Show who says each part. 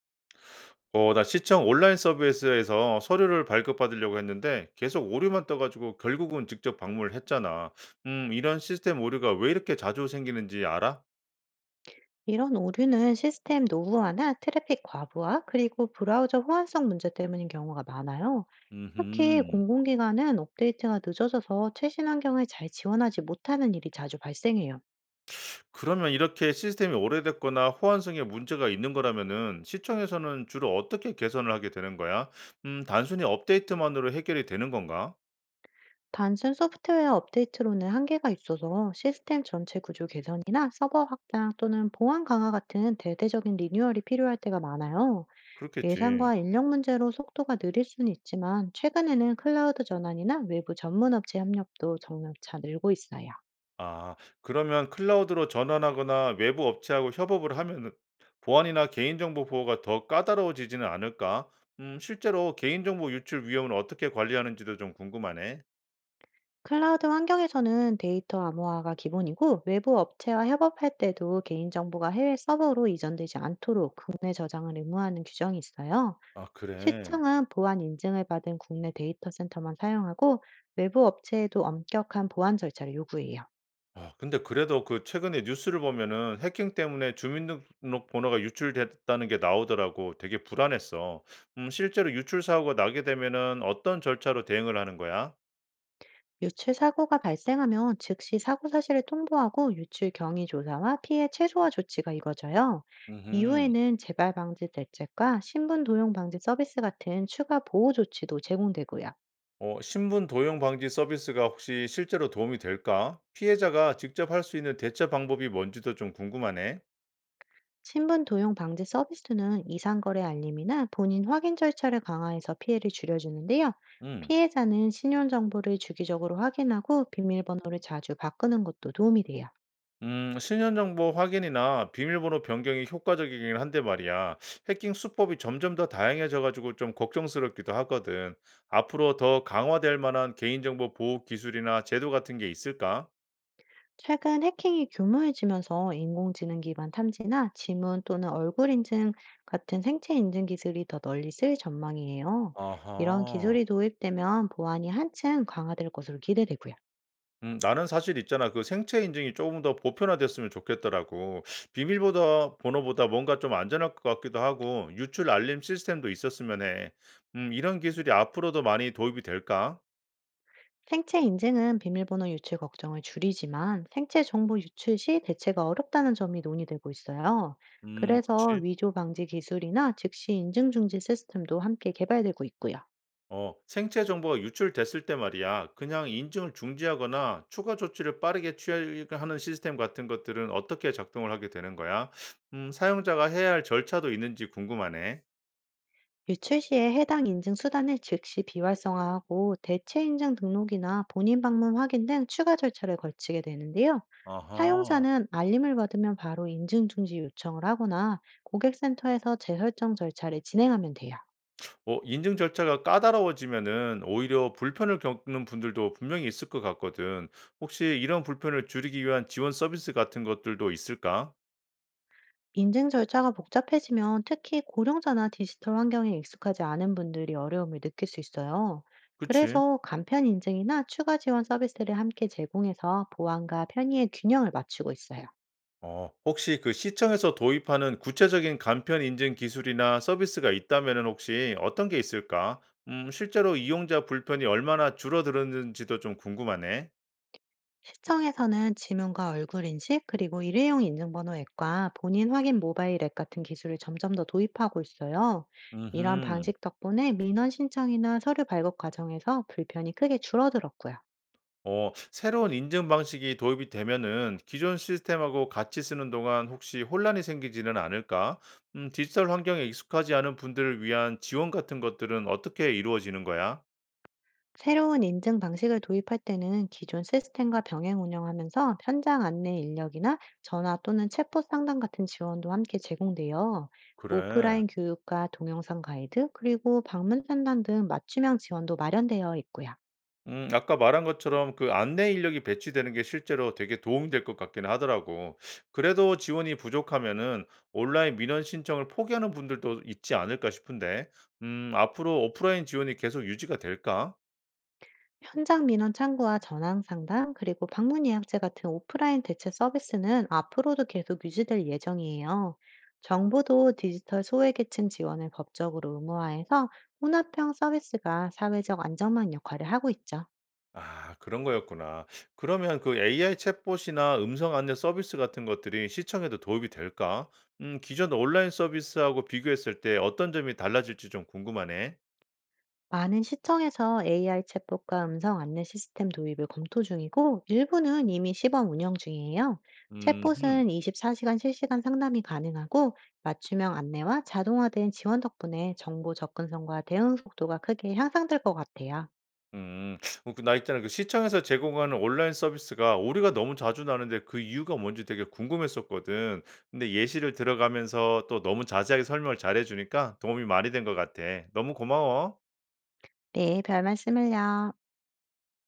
Speaker 1: 나 시청 온라인 서비스에서 서류를 발급받으려고 했는데 계속 오류만 떠가지고 결국은 직접 방문을 했잖아. 이런 시스템 오류가 왜 이렇게 자주 생기는지 알아?
Speaker 2: 이런 오류는 시스템 노후화나 트래픽 과부하, 그리고 브라우저 호환성 문제 때문인 경우가 많아요. 특히
Speaker 1: 음,
Speaker 2: 공공기관은 업데이트가 늦어져서 최신 환경을 잘 지원하지 못하는 일이 자주 발생해요.
Speaker 1: 그러면 이렇게 시스템이 오래됐거나 호환성에 문제가 있는 거라면은 시청에서는 주로 어떻게 개선을 하게 되는 거야? 단순히 업데이트만으로 해결이 되는 건가?
Speaker 2: 단순 소프트웨어 업데이트로는 한계가 있어서 시스템 전체 구조 개선이나 서버 확장 또는 보안 강화 같은 대대적인 리뉴얼이 필요할 때가 많아요.
Speaker 1: 그렇겠지.
Speaker 2: 예산과 인력 문제로 속도가 느릴 수는 있지만 최근에는 클라우드 전환이나 외부 전문 업체 협력도 점차 늘고 있어요.
Speaker 1: 아 그러면 클라우드로 전환하거나 외부 업체하고 협업을 하면 보안이나 개인정보 보호가 더 까다로워지지는 않을까? 실제로 개인정보 유출 위험을 어떻게 관리하는지도 좀 궁금하네.
Speaker 2: 클라우드 환경에서는 데이터 암호화가 기본이고, 외부 업체와 협업할 때도 개인정보가 해외 서버로 이전되지 않도록 국내 저장을 의무화하는 규정이 있어요.
Speaker 1: 아 그래.
Speaker 2: 시청은 보안 인증을 받은 국내 데이터 센터만 사용하고, 외부 업체에도 엄격한 보안 절차를 요구해요.
Speaker 1: 아 근데 그래도 그 최근에 뉴스를 보면은 해킹 때문에 주민등록번호가 유출됐다는 게 나오더라고. 되게 불안했어. 실제로 유출 사고가 나게 되면은 어떤 절차로 대응을 하는 거야?
Speaker 2: 유출 사고가 발생하면 즉시 사고 사실을 통보하고, 유출 경위 조사와 피해 최소화 조치가 이뤄져요.
Speaker 1: 음흠.
Speaker 2: 이후에는 재발 방지 대책과 신분 도용 방지 서비스 같은 추가 보호 조치도 제공되고요.
Speaker 1: 신분 도용 방지 서비스가 혹시 실제로 도움이 될까? 피해자가 직접 할 수 있는 대처 방법이 뭔지도 좀 궁금하네.
Speaker 2: 신분 도용 방지 서비스는 이상거래 알림이나 본인 확인 절차를 강화해서 피해를 줄여주는데요.
Speaker 1: 음.
Speaker 2: 피해자는 신용정보를 주기적으로 확인하고, 비밀번호를 자주 바꾸는 것도 도움이 돼요.
Speaker 1: 신원 정보 확인이나 비밀번호 변경이 효과적이긴 한데 말이야. 해킹 수법이 점점 더 다양해져 가지고 좀 걱정스럽기도 하거든. 앞으로 더 강화될 만한 개인정보 보호 기술이나 제도 같은 게 있을까?
Speaker 2: 최근 해킹이 규모해지면서 인공지능 기반 탐지나 지문 또는 얼굴 인증 같은 생체 인증 기술이 더 널리 쓰일 전망이에요. 이런
Speaker 1: 아하.
Speaker 2: 기술이 도입되면 보안이 한층 강화될 것으로 기대되고요.
Speaker 1: 나는 사실 있잖아. 그 생체 인증이 조금 더 보편화됐으면 좋겠더라고. 비밀보다 번호보다 뭔가 좀 안전할 것 같기도 하고 유출 알림 시스템도 있었으면 해. 이런 기술이 앞으로도 많이 도입이 될까?
Speaker 2: 생체 인증은 비밀번호 유출 걱정을 줄이지만, 생체 정보 유출 시 대체가 어렵다는 점이 논의되고 있어요. 그래서
Speaker 1: 그치.
Speaker 2: 위조 방지 기술이나 즉시 인증 중지 시스템도 함께 개발되고 있고요.
Speaker 1: 생체 정보가 유출됐을 때 말이야. 그냥 인증을 중지하거나 추가 조치를 빠르게 취하는 시스템 같은 것들은 어떻게 작동을 하게 되는 거야? 사용자가 해야 할 절차도 있는지 궁금하네.
Speaker 2: 유출 시에 해당 인증 수단을 즉시 비활성화하고, 대체 인증 등록이나 본인 방문 확인 등 추가 절차를 거치게 되는데요.
Speaker 1: 아하.
Speaker 2: 사용자는 알림을 받으면 바로 인증 중지 요청을 하거나 고객센터에서 재설정 절차를 진행하면 돼요.
Speaker 1: 인증 절차가 까다로워지면은 오히려 불편을 겪는 분들도 분명히 있을 것 같거든. 혹시 이런 불편을 줄이기 위한 지원 서비스 같은 것들도 있을까?
Speaker 2: 인증 절차가 복잡해지면 특히 고령자나 디지털 환경에 익숙하지 않은 분들이 어려움을 느낄 수 있어요.
Speaker 1: 그치?
Speaker 2: 그래서 간편 인증이나 추가 지원 서비스를 함께 제공해서 보안과 편의의 균형을 맞추고 있어요.
Speaker 1: 혹시 그 시청에서 도입하는 구체적인 간편 인증 기술이나 서비스가 있다면은 혹시 어떤 게 있을까? 실제로 이용자 불편이 얼마나 줄어들었는지도 좀 궁금하네.
Speaker 2: 시청에서는 지문과 얼굴 인식, 그리고 일회용 인증번호 앱과 본인 확인 모바일 앱 같은 기술을 점점 더 도입하고 있어요. 이런
Speaker 1: 음흠.
Speaker 2: 방식 덕분에 민원 신청이나 서류 발급 과정에서 불편이 크게 줄어들었고요.
Speaker 1: 새로운 인증 방식이 도입이 되면은 기존 시스템하고 같이 쓰는 동안 혹시 혼란이 생기지는 않을까? 디지털 환경에 익숙하지 않은 분들을 위한 지원 같은 것들은 어떻게 이루어지는 거야?
Speaker 2: 새로운 인증 방식을 도입할 때는 기존 시스템과 병행 운영하면서, 현장 안내 인력이나 전화 또는 챗봇 상담 같은 지원도 함께 제공돼요.
Speaker 1: 그래.
Speaker 2: 오프라인 교육과 동영상 가이드, 그리고 방문 상담 등 맞춤형 지원도 마련되어 있고요.
Speaker 1: 아까 말한 것처럼 그 안내 인력이 배치되는 게 실제로 되게 도움이 될 것 같긴 하더라고. 그래도 지원이 부족하면은 온라인 민원 신청을 포기하는 분들도 있지 않을까 싶은데, 앞으로 오프라인 지원이 계속 유지가 될까?
Speaker 2: 현장 민원 창구와 전황 상담, 그리고 방문 예약제 같은 오프라인 대체 서비스는 앞으로도 계속 유지될 예정이에요. 정부도 디지털 소외계층 지원을 법적으로 의무화해서 혼합형 서비스가 사회적 안정망 역할을 하고 있죠.
Speaker 1: 아 그런 거였구나. 그러면 그 AI 챗봇이나 음성 안내 서비스 같은 것들이 시청에도 도움이 될까? 기존 온라인 서비스하고 비교했을 때 어떤 점이 달라질지 좀 궁금하네.
Speaker 2: 많은 시청에서 AI 챗봇과 음성 안내 시스템 도입을 검토 중이고, 일부는 이미 시범 운영 중이에요.
Speaker 1: 음
Speaker 2: 챗봇은 24시간 실시간 상담이 가능하고, 맞춤형 안내와 자동화된 지원 덕분에 정보 접근성과 대응 속도가 크게 향상될 것 같아요.
Speaker 1: 음. 그나 있잖아 그 시청에서 제공하는 온라인 서비스가 오류가 너무 자주 나는데 그 이유가 뭔지 되게 궁금했었거든. 근데 예시를 들어가면서 또 너무 자세하게 설명을 잘해 주니까 도움이 많이 된 것 같아. 너무 고마워.
Speaker 2: 네, 별 말씀을요.